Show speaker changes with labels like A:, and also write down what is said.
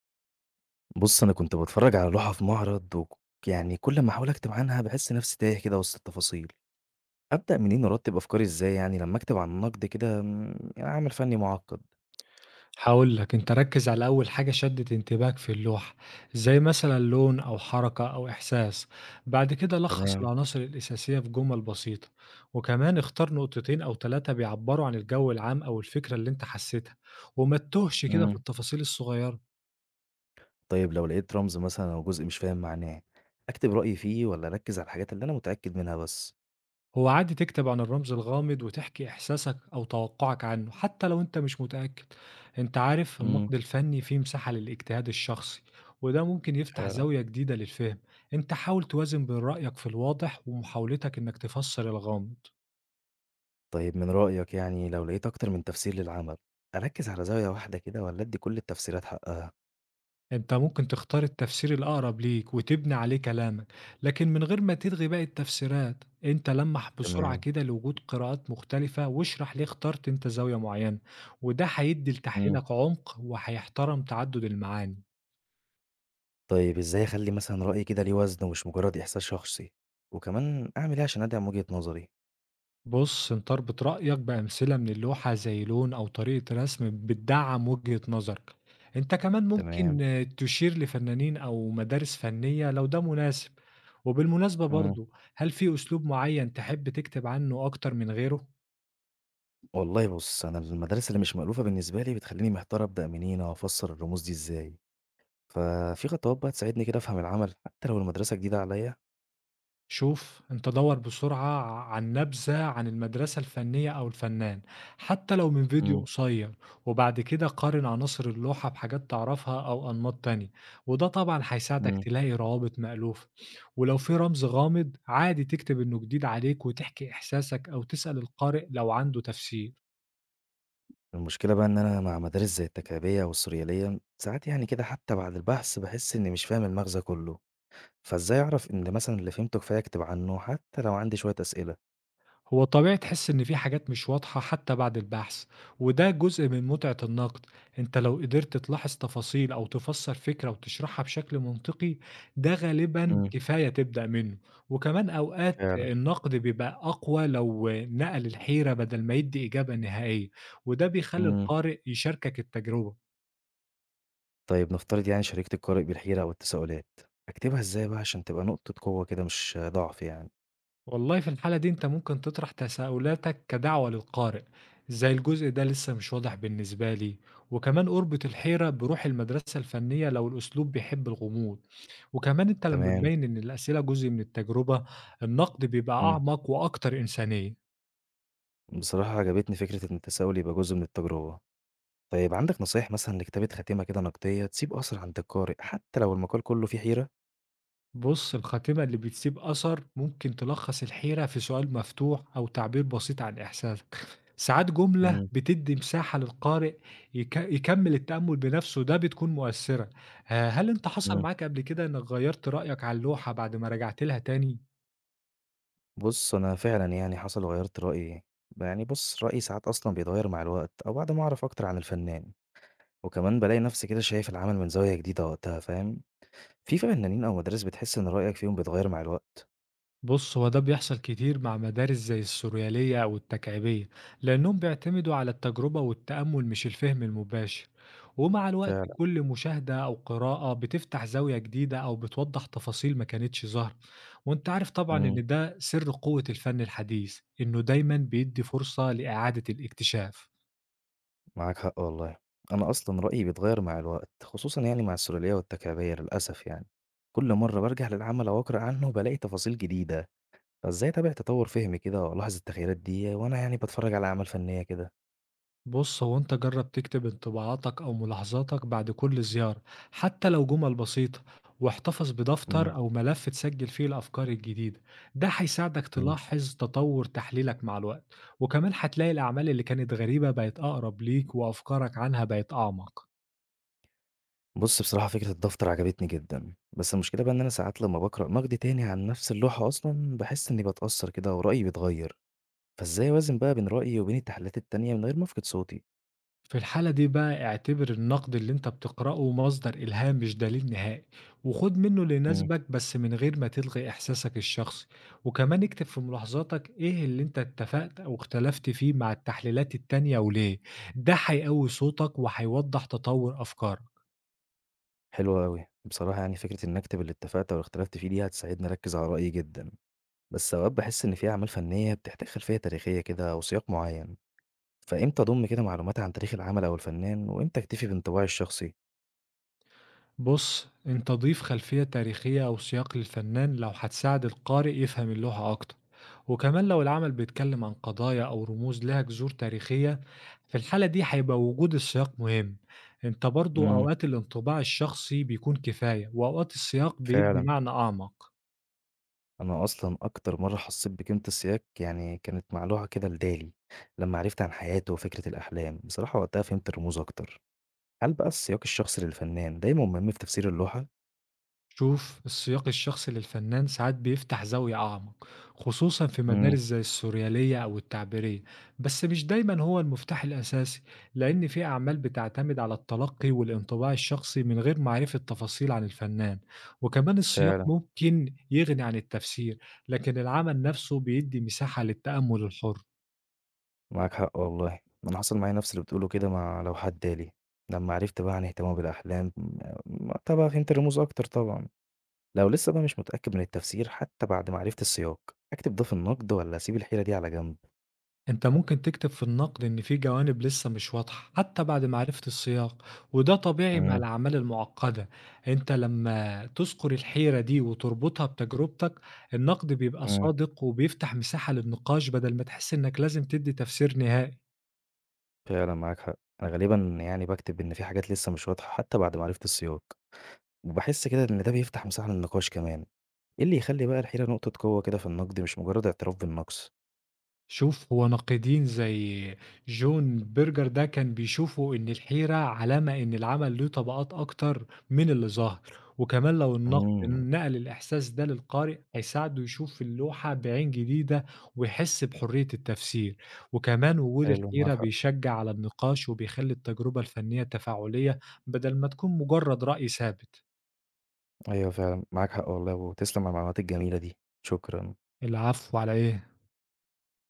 A: بُص، أنا كنت باتفرّج على لوحة في معرض يعني كل أمّا أحاول أكتب عنها باحس نفسي تايه كده وسط التفاصيل، أبدأ منين وأرتّب أفكاري إزاي يعني لمّا أكتب عن نقد كده عمل فني مُعقّد؟
B: هاقول لك، أنت ركّز على أول حاجة شدِّت انتباهك في اللوحة، زي مثلًا لون أو حركة أو إحساس، بعد كده لخّص
A: تمام.
B: العناصر الأساسية في جُمل بسيطة، وكمان اختار نقطتين أو 3 بيعبّروا عن الجو العام أو الفكرة اللي أنت حسّيتها، وما تتوهش كده في
A: إمم.
B: التفاصيل الصغيّرة.
A: طيب لو لقيت رمز مثلًا أو جزء مش فاهم معناه، أكتب رأيي فيه والّا أركّز على الحاجات اللي أنا متأكد منها بس؟
B: هو عادي تكتب عن الرمز الغامض وتحكي إحساسك أو توقعك عنه حتى لو أنت مش متأكد. أنت عارف
A: إمم.
B: النقد الفني فيه مساحة للاجتهاد الشخصي، وده ممكن يفتح
A: فعلًا.
B: زاوية جديدة للفهم. أنت حاول توازن بين رأيك في الواضح ومحاولتك إنك تفسر الغامض.
A: طيب من رأيك يعني لو لقيت أكتر من تفسير للعمل، أركّز على زاوية واحدة كده والّا أدّي كل التفسيرات حقها؟
B: أنت ممكن تختار التفسير الأقرب ليك وتبني عليه كلامك، لكن من غير ما تلغي باقي التفسيرات، أنت لمّح بسرعة
A: تمام.
B: كده لوجود قراءات مختلفة واشرح ليه اخترت أنت زاوية معينة، وده هيدّي
A: إمم.
B: لتحليلك عمق وهيحترم تعدد المعاني.
A: طيب إزاي أخلّي مثلًا رأيي كده ليه وزن ومش مجرد إحساس شخصي؟ وكمان أعمل إيه عشان أدعم وجهة نظري؟
B: بُص، أنت اربط رأيك بأمثلة من اللوحة زي لون أو طريقة رسم بتدعّم وجهة نظرك. أنت كمان
A: تمام.
B: ممكن تشير لفنانين أو مدارس فنية لو ده مناسب. وبالمناسبة
A: إمم.
B: برضه، هل في أسلوب معين تحب تكتب عنه أكتر من غيره؟
A: والله بُص، أنا المدارس اللي مش مألوفة بالنسبة لي بتخلّيني محتار أبدأ منين أو أفسّر الرموز دي إزاي، ففي خطوات بقى تساعدني كده أفهم العمل حتى لو المدرسة جديدة عليّا؟
B: شوف، أنت دَوّر بسرعة عن نبذة عن المدرسة الفنية أو الفنان، حتى لو من فيديو
A: إمم.
B: قصير، وبعد كده قارن عناصر اللوحة بحاجات تعرفها أو أنماط تانية، وده طبعًا هيساعدك
A: إمم.
B: تلاقي روابط مألوفة، ولو في رمز غامض عادي تكتب إنه جديد عليك وتحكي إحساسك أو تسأل القارئ لو عنده تفسير.
A: المشكلة بقى إن أنا مع مدارس زي التكعيبية والسوريالية ساعات يعني كده حتى بعد البحث باحس إني مش فاهم المغزى كلّه، فإزاي أعرف إن مثلًا اللي فهمته كفاية أكتب عنه حتى لو عندي شوية أسئلة؟
B: هو طبيعي تحس إن في حاجات مش واضحة حتى بعد البحث، وده جزء من متعة النقد. انت لو قدرت تلاحظ تفاصيل أو تفسر فكرة وتشرحها بشكل منطقي، ده غالبا
A: إمم.
B: كفاية تبدأ منه. وكمان أوقات
A: فعلًا.
B: النقد بيبقى أقوى لو نقل الحيرة بدل ما يدي إجابة نهائية، وده بيخلي
A: إمم.
B: القارئ يشاركك التجربة.
A: طيب نفترض يعني شاركت القارئ بالحيرة أو التساؤلات، أكتبها إزاي بقى عشان تبقى نقطة قوة كده مش ضعف يعني؟
B: والله في الحالة دي أنت ممكن تطرح تساؤلاتك كدعوة للقارئ، زي الجزء ده لسه مش واضح بالنسبة لي. وكمان أربط الحيرة بروح المدرسة الفنية لو الأسلوب بيحب الغموض، وكمان أنت لما
A: تمام.
B: تبين إن الأسئلة جزء من التجربة، النقد بيبقى
A: إمم،
B: أعمق وأكتر إنسانية.
A: بصراحة عجبتني فكرة إن التساؤل يبقى جزء من التجربة. طيب عندك نصايح مثلًا لكتابة خاتمة كده نقدية تسيب أثر عند القارئ حتى لو المقال كله فيه حيرة؟
B: بُص، الخاتمة اللي بتسيب أثر ممكن تلخّص الحيرة في سؤال مفتوح أو تعبير بسيط عن إحساسك، ساعات جملة
A: إمم.
B: بتدّي مساحة للقارئ يكمّل التأمُّل بنَفْسه ده بتكون مؤثّرة. هل أنت حصل
A: إمم.
B: معاك قبل كده إنّك غيّرت رأيك عن لوحة بعد ما راجعت لها تاني؟
A: بُص أنا فعلًا يعني حصل غيّرت رأيي، يعني بُص رأيي ساعات أصلًا بيتغير مع الوقت أو بعد ما أعرف أكتر عن الفنان، وكمان بالاقي نفسي كده شايف العمل من زاوية جديدة وقتها، فاهم؟ في فنانين أو مدارس بتحس إن رأيك فيهم بيتغير مع الوقت؟
B: بُص، هو ده بيحصل كتير مع مدارس زي السوريالية أو التكعيبية، لأنهم بيعتمدوا على التجربة والتأمل مش الفهم المباشر، ومع الوقت
A: فعلًا.
B: كل مشاهدة أو قراءة بتفتح زاوية جديدة أو بتوضح تفاصيل ما كانتش ظاهرة، وأنت عارف طبعًا
A: إمم.
B: إن ده سر قوة الفن الحديث، إنه دايمًا بيدي فرصة لإعادة الاكتشاف.
A: معاك حق والله. أنا أصلًا رأيي بيتغيّر مع الوقت، خصوصًا يعني مع السُلالية والتكعبية للأسف يعني. كل مرّة بارجع للعمل أو أقرأ عنه بالاقي تفاصيل جديدة، فإزاي أتابع تطوّر فهمي كده وألاحظ التغييرات دي وأنا يعني باتفرّج على أعمال فنية كده؟
B: بُص، هو أنت جرّب تكتب انطباعاتك أو ملاحظاتك بعد كل زيارة، حتى لو جُمل بسيطة، واحتفظ
A: إمم.
B: بدفتر أو ملف تسجّل فيه الأفكار الجديدة، ده هيساعدك
A: إمم.
B: تلاحظ تطوّر تحليلك مع الوقت، وكمان هتلاقي الأعمال اللي كانت غريبة بقت أقرب ليك وأفكارك عنها بقت أعمق.
A: بُص بصراحة فكرة الدفتر عجبتني جدًا، بس المشكلة بقى إن أنا ساعات لمّا باقرأ نقد تاني عن نفس اللوحة أصلًا، باحس إنّي باتأثّر كده ورأيي بيتغيّر، فإزاي أوازن بقى بين رأيي وبين التحليلات التانية من غير ما أفقد صوتي؟
B: في الحالة دي بقى اعتبر النقد اللي انت بتقرأه مصدر إلهام مش دليل نهائي، وخد منه اللي يناسبك بس من غير ما تلغي إحساسك الشخصي. وكمان اكتب في ملاحظاتك ايه اللي انت اتفقت أو اختلفت فيه مع التحليلات التانية وليه، ده هيقوي صوتك وهيوضح تطور أفكارك.
A: حلو أوي. بصراحة يعني فكرة إني أكتب اللي اتفقت أو اختلفت فيه دي هتساعدني أركّز على رأيي جدًا، بس أوقات باحس إن في أعمال فنية بتحتاج خلفية تاريخية كده أو سياق معيّن، فإمتى أضُم كده معلومات عن تاريخ العمل أو الفنان، وإمتى أكتفي بانطباعي الشخصي؟
B: بُص، أنت ضيف خلفية تاريخية أو سياق للفنان لو هتساعد القارئ يفهم اللوحة أكتر، وكمان لو العمل بيتكلم عن قضايا أو رموز لها جذور تاريخية، في الحالة دي هيبقى وجود السياق مهم. أنت برضه
A: إمم.
B: أوقات الانطباع الشخصي بيكون كفاية، وأوقات السياق بيدي
A: فعلًا.
B: معنى أعمق.
A: أنا أصلًا أكتر مرّة حسّيت بقيمة السياق يعني كانت معلوعة كده لدالي، لمّا عرفت عن حياته وفكرة الأحلام، بصراحة وقتها فهمت الرموز أكتر. هل بقى السياق الشخصي للفنان دايمًا مهم في تفسير اللوحة؟
B: شوف، السياق الشخصي للفنان ساعات بيفتح زاوية أعمق، خصوصا في
A: إمم.
B: مدارس زي السوريالية أو التعبيرية، بس مش دايما هو المفتاح الأساسي، لأن في أعمال بتعتمد على التلقي والانطباع الشخصي من غير معرفة تفاصيل عن الفنان. وكمان السياق
A: فعلًا.
B: ممكن يغني عن التفسير، لكن العمل نفسه بيدي مساحة للتأمل الحر.
A: معاك حق والله. أنا حصل معايا نفس اللي بتقوله كده مع لو حد لي. لمّا عرفت بقى عن اهتمامه بالأحلام طبعًا فهمت الرموز أكتر طبعًا. لو لسه بقى مش متأكد من التفسير حتى بعد ما عرفت السياق، أكتب ده في النقد والّا أسيب الحيرة دي على جنب؟
B: أنت ممكن تكتب في النقد إن في جوانب لسه مش واضحة حتى بعد معرفة السياق، وده طبيعي مع
A: إمم.
B: الأعمال المعقدة. أنت لما تذكر الحيرة دي وتربطها بتجربتك، النقد بيبقى
A: إمم.
B: صادق وبيفتح مساحة للنقاش بدل ما تحس إنك لازم تدي تفسير نهائي.
A: فعلًا معاك حق. أنا غالبًا يعني باكتب إن في حاجات لسه مش واضحة حتى بعد ما عرفت السياق، وباحس كده إن ده بيفتح مساحة للنقاش كمان. إيه اللي يخلي بقى الحيرة نقطة قوة كده في النقد مش مجرد اعتراف بالنقص؟
B: شوف، هو ناقدين زي جون بيرجر ده كان بيشوفوا إن الحيرة علامة إن العمل له طبقات أكتر من اللي ظاهر، وكمان لو النقد
A: إمم.
B: نقل الإحساس ده للقارئ هيساعده يشوف اللوحة بعين جديدة، ويحس بحرية التفسير، وكمان وجود
A: حلو معاك
B: الحيرة
A: حق.
B: بيشجع على النقاش وبيخلي التجربة الفنية تفاعلية بدل ما تكون مجرد رأي ثابت.
A: أيوه فعلًا، معاك حق والله وتسلم على المعلومات الجميلة دي، شكرًا.
B: العفو على إيه؟